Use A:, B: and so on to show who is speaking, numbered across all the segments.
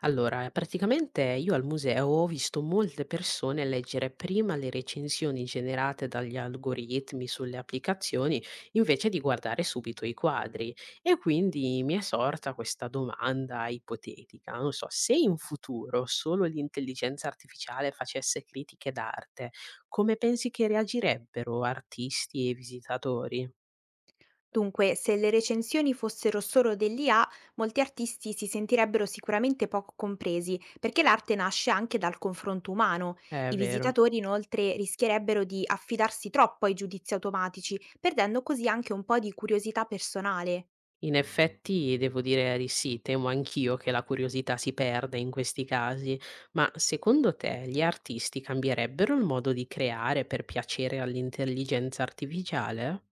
A: Allora, praticamente io al museo ho visto molte persone leggere prima le recensioni generate dagli algoritmi sulle applicazioni invece di guardare subito i quadri e quindi mi è sorta questa domanda ipotetica, non so, se in futuro solo l'intelligenza artificiale facesse critiche d'arte, come pensi che reagirebbero artisti e visitatori?
B: Dunque, se le recensioni fossero solo dell'IA, molti artisti si sentirebbero sicuramente poco compresi, perché l'arte nasce anche dal confronto umano.
A: È
B: I
A: vero.
B: visitatori inoltre rischierebbero di affidarsi troppo ai giudizi automatici, perdendo così anche un po' di curiosità personale.
A: In effetti devo dire di sì, temo anch'io che la curiosità si perda in questi casi, ma secondo te gli artisti cambierebbero il modo di creare per piacere all'intelligenza artificiale?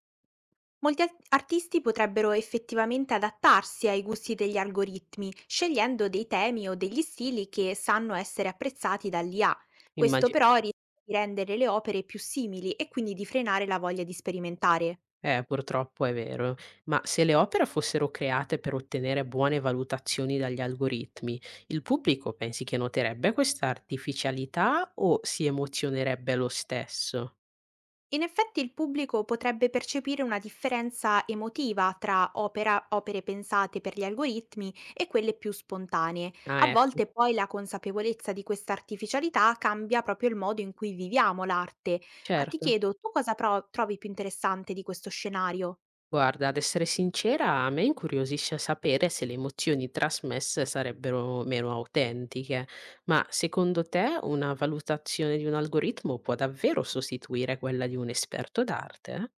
B: Molti artisti potrebbero effettivamente adattarsi ai gusti degli algoritmi, scegliendo dei temi o degli stili che sanno essere apprezzati dall'IA. Questo
A: Immagino,
B: però rischia di rendere le opere più simili e quindi di frenare la voglia di sperimentare.
A: purtroppo è vero, ma se le opere fossero create per ottenere buone valutazioni dagli algoritmi, il pubblico pensi che noterebbe questa artificialità o si emozionerebbe lo stesso?
B: In effetti il pubblico potrebbe percepire una differenza emotiva tra opere pensate per gli algoritmi e quelle più spontanee.
A: Ah,
B: A
A: ecco,
B: volte poi la consapevolezza di questa artificialità cambia proprio il modo in cui viviamo l'arte. Ma ti
A: certo.
B: chiedo, tu cosa trovi più interessante di questo scenario?
A: Guarda, ad essere sincera, a me incuriosisce sapere se le emozioni trasmesse sarebbero meno autentiche, ma secondo te una valutazione di un algoritmo può davvero sostituire quella di un esperto d'arte?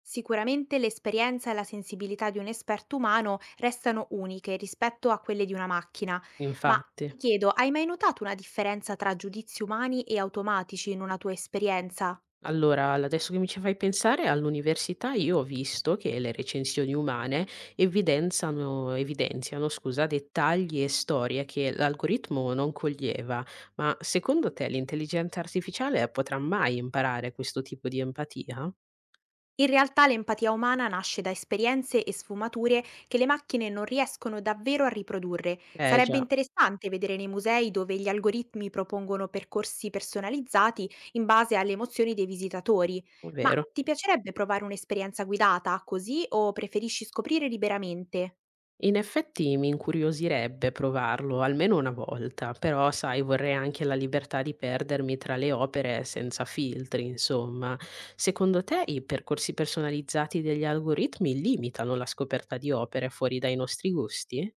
B: Sicuramente l'esperienza e la sensibilità di un esperto umano restano uniche rispetto a quelle di una macchina, ma
A: Infatti.
B: ti chiedo, hai mai notato una differenza tra giudizi umani e automatici in una tua esperienza?
A: Allora, l adesso che mi ci fai pensare, all'università io ho visto che le recensioni umane evidenzano evidenziano, scusa, dettagli e storie che l'algoritmo non coglieva. Ma secondo te l'intelligenza artificiale potrà mai imparare questo tipo di empatia?
B: In realtà l'empatia umana nasce da esperienze e sfumature che le macchine non riescono davvero a riprodurre.
A: Eh
B: Sarebbe
A: già,
B: interessante vedere nei musei dove gli algoritmi propongono percorsi personalizzati in base alle emozioni dei visitatori.
A: è
B: Ma
A: vero.
B: ti piacerebbe provare un'esperienza guidata così o preferisci scoprire liberamente?
A: In effetti mi incuriosirebbe provarlo almeno una volta, però sai, vorrei anche la libertà di perdermi tra le opere senza filtri, insomma. Secondo te i percorsi personalizzati degli algoritmi limitano la scoperta di opere fuori dai nostri gusti?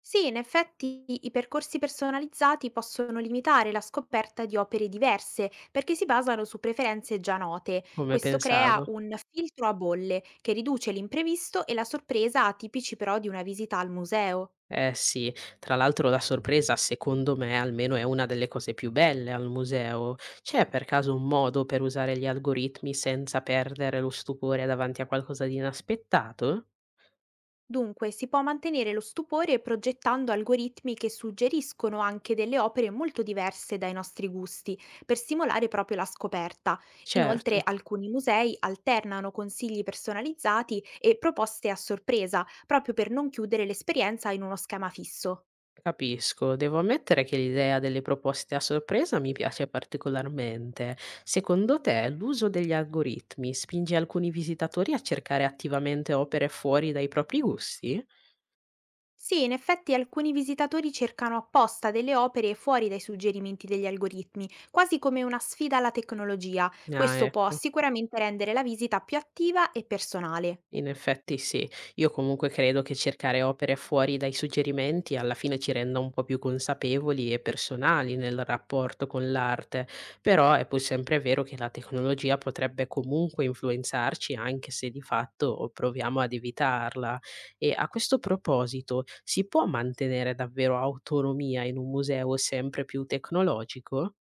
B: Sì, in effetti i percorsi personalizzati possono limitare la scoperta di opere diverse perché si basano su preferenze già note.
A: Come
B: Questo crea
A: pensavo?
B: un filtro a bolle che riduce l'imprevisto e la sorpresa atipici però di una visita al museo.
A: Eh sì, tra l'altro la sorpresa secondo me almeno è una delle cose più belle al museo. C'è per caso un modo per usare gli algoritmi senza perdere lo stupore davanti a qualcosa di inaspettato?
B: Dunque, si può mantenere lo stupore progettando algoritmi che suggeriscono anche delle opere molto diverse dai nostri gusti, per stimolare proprio la scoperta.
A: Certo,
B: Inoltre, alcuni musei alternano consigli personalizzati e proposte a sorpresa, proprio per non chiudere l'esperienza in uno schema fisso.
A: capisco. Devo ammettere che l'idea delle proposte a sorpresa mi piace particolarmente. Secondo te, l'uso degli algoritmi spinge alcuni visitatori a cercare attivamente opere fuori dai propri gusti?
B: Sì, in effetti alcuni visitatori cercano apposta delle opere fuori dai suggerimenti degli algoritmi, quasi come una sfida alla tecnologia.
A: Ah,
B: Questo può
A: ecco.
B: sicuramente rendere la visita più attiva e personale.
A: In effetti sì, io comunque credo che cercare opere fuori dai suggerimenti alla fine ci renda un po' più consapevoli e personali nel rapporto con l'arte, però è pur sempre vero che la tecnologia potrebbe comunque influenzarci anche se di fatto proviamo ad evitarla. E a questo proposito, si può mantenere davvero autonomia in un museo sempre più tecnologico?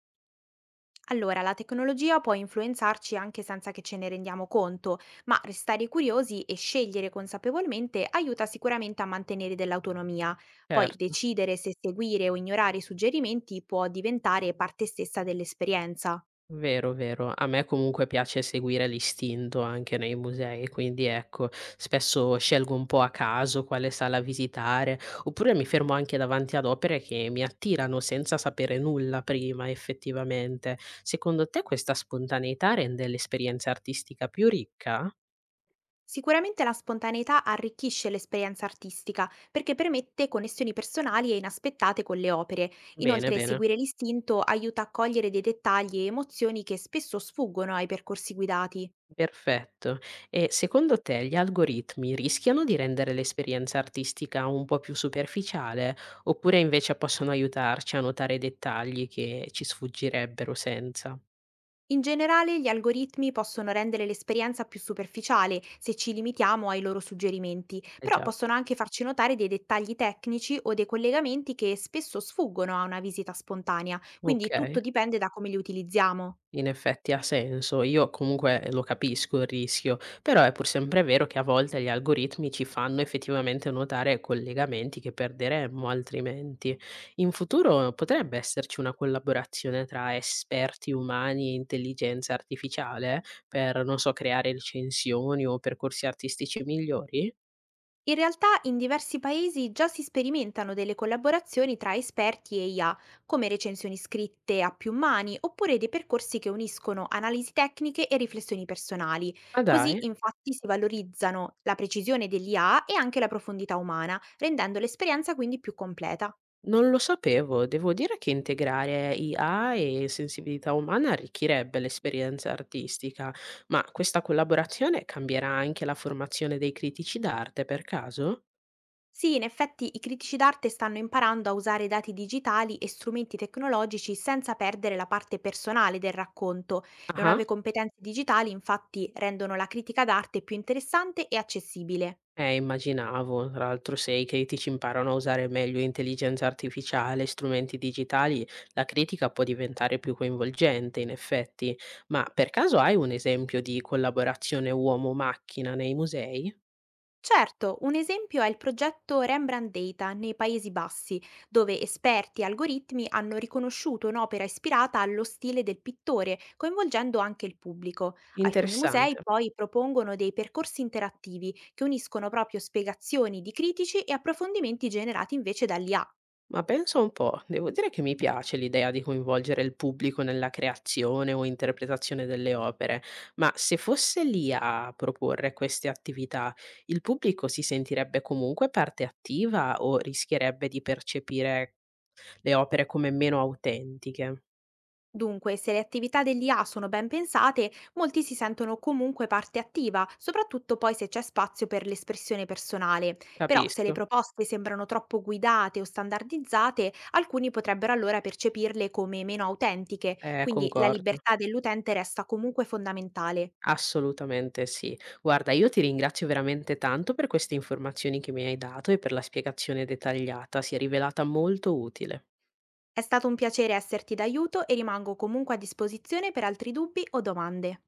B: Allora, la tecnologia può influenzarci anche senza che ce ne rendiamo conto, ma restare curiosi e scegliere consapevolmente aiuta sicuramente a mantenere dell'autonomia. Poi
A: Certo.
B: decidere se seguire o ignorare i suggerimenti può diventare parte stessa dell'esperienza.
A: Vero, vero. A me comunque piace seguire l'istinto anche nei musei, quindi ecco, spesso scelgo un po' a caso quale sala visitare, oppure mi fermo anche davanti ad opere che mi attirano senza sapere nulla prima, effettivamente. Secondo te questa spontaneità rende l'esperienza artistica più ricca?
B: Sicuramente la spontaneità arricchisce l'esperienza artistica perché permette connessioni personali e inaspettate con le opere.
A: Bene,
B: Inoltre,
A: bene.
B: seguire l'istinto aiuta a cogliere dei dettagli e emozioni che spesso sfuggono ai percorsi guidati.
A: Perfetto. E secondo te gli algoritmi rischiano di rendere l'esperienza artistica un po' più superficiale, oppure invece possono aiutarci a notare dettagli che ci sfuggirebbero senza?
B: In generale, gli algoritmi possono rendere l'esperienza più superficiale se ci limitiamo ai loro suggerimenti,
A: Eh
B: però
A: già,
B: possono anche farci notare dei dettagli tecnici o dei collegamenti che spesso sfuggono a una visita spontanea, quindi
A: ok.
B: tutto dipende da come li utilizziamo.
A: In effetti ha senso, io comunque lo capisco il rischio, però è pur sempre vero che a volte gli algoritmi ci fanno effettivamente notare collegamenti che perderemmo altrimenti. In futuro potrebbe esserci una collaborazione tra esperti umani e intelligenza artificiale per, non so, creare recensioni o percorsi artistici migliori?
B: In realtà in diversi paesi già si sperimentano delle collaborazioni tra esperti e IA, come recensioni scritte a più mani oppure dei percorsi che uniscono analisi tecniche e riflessioni personali.
A: Ma dai!
B: Così infatti si valorizzano la precisione dell'IA e anche la profondità umana, rendendo l'esperienza quindi più completa.
A: Non lo sapevo. Devo dire che integrare IA e sensibilità umana arricchirebbe l'esperienza artistica, ma questa collaborazione cambierà anche la formazione dei critici d'arte per caso?
B: Sì, in effetti i critici d'arte stanno imparando a usare dati digitali e strumenti tecnologici senza perdere la parte personale del racconto. Le
A: Ah,
B: nuove competenze digitali infatti rendono la critica d'arte più interessante e accessibile.
A: immaginavo. Tra l'altro, se i critici imparano a usare meglio intelligenza artificiale e strumenti digitali, la critica può diventare più coinvolgente, in effetti. Ma per caso hai un esempio di collaborazione uomo-macchina nei musei?
B: Certo, un esempio è il progetto Rembrandt Data nei Paesi Bassi, dove esperti e algoritmi hanno riconosciuto un'opera ispirata allo stile del pittore, coinvolgendo anche il pubblico. Alcuni musei
A: Interessante.
B: poi propongono dei percorsi interattivi che uniscono proprio spiegazioni di critici e approfondimenti generati invece dall'IA.
A: Ma pensa un po', devo dire che mi piace l'idea di coinvolgere il pubblico nella creazione o interpretazione delle opere, ma se fosse lì a proporre queste attività, il pubblico si sentirebbe comunque parte attiva o rischierebbe di percepire le opere come meno autentiche?
B: Dunque, se le attività dell'IA sono ben pensate, molti si sentono comunque parte attiva, soprattutto poi se c'è spazio per l'espressione personale. Però se le
A: Capisco,
B: proposte sembrano troppo guidate o standardizzate, alcuni potrebbero allora percepirle come meno autentiche, quindi la
A: concordo.
B: libertà dell'utente resta comunque fondamentale.
A: Assolutamente sì. Guarda, io ti ringrazio veramente tanto per queste informazioni che mi hai dato e per la spiegazione dettagliata, si è rivelata molto utile.
B: È stato un piacere esserti d'aiuto e rimango comunque a disposizione per altri dubbi o domande.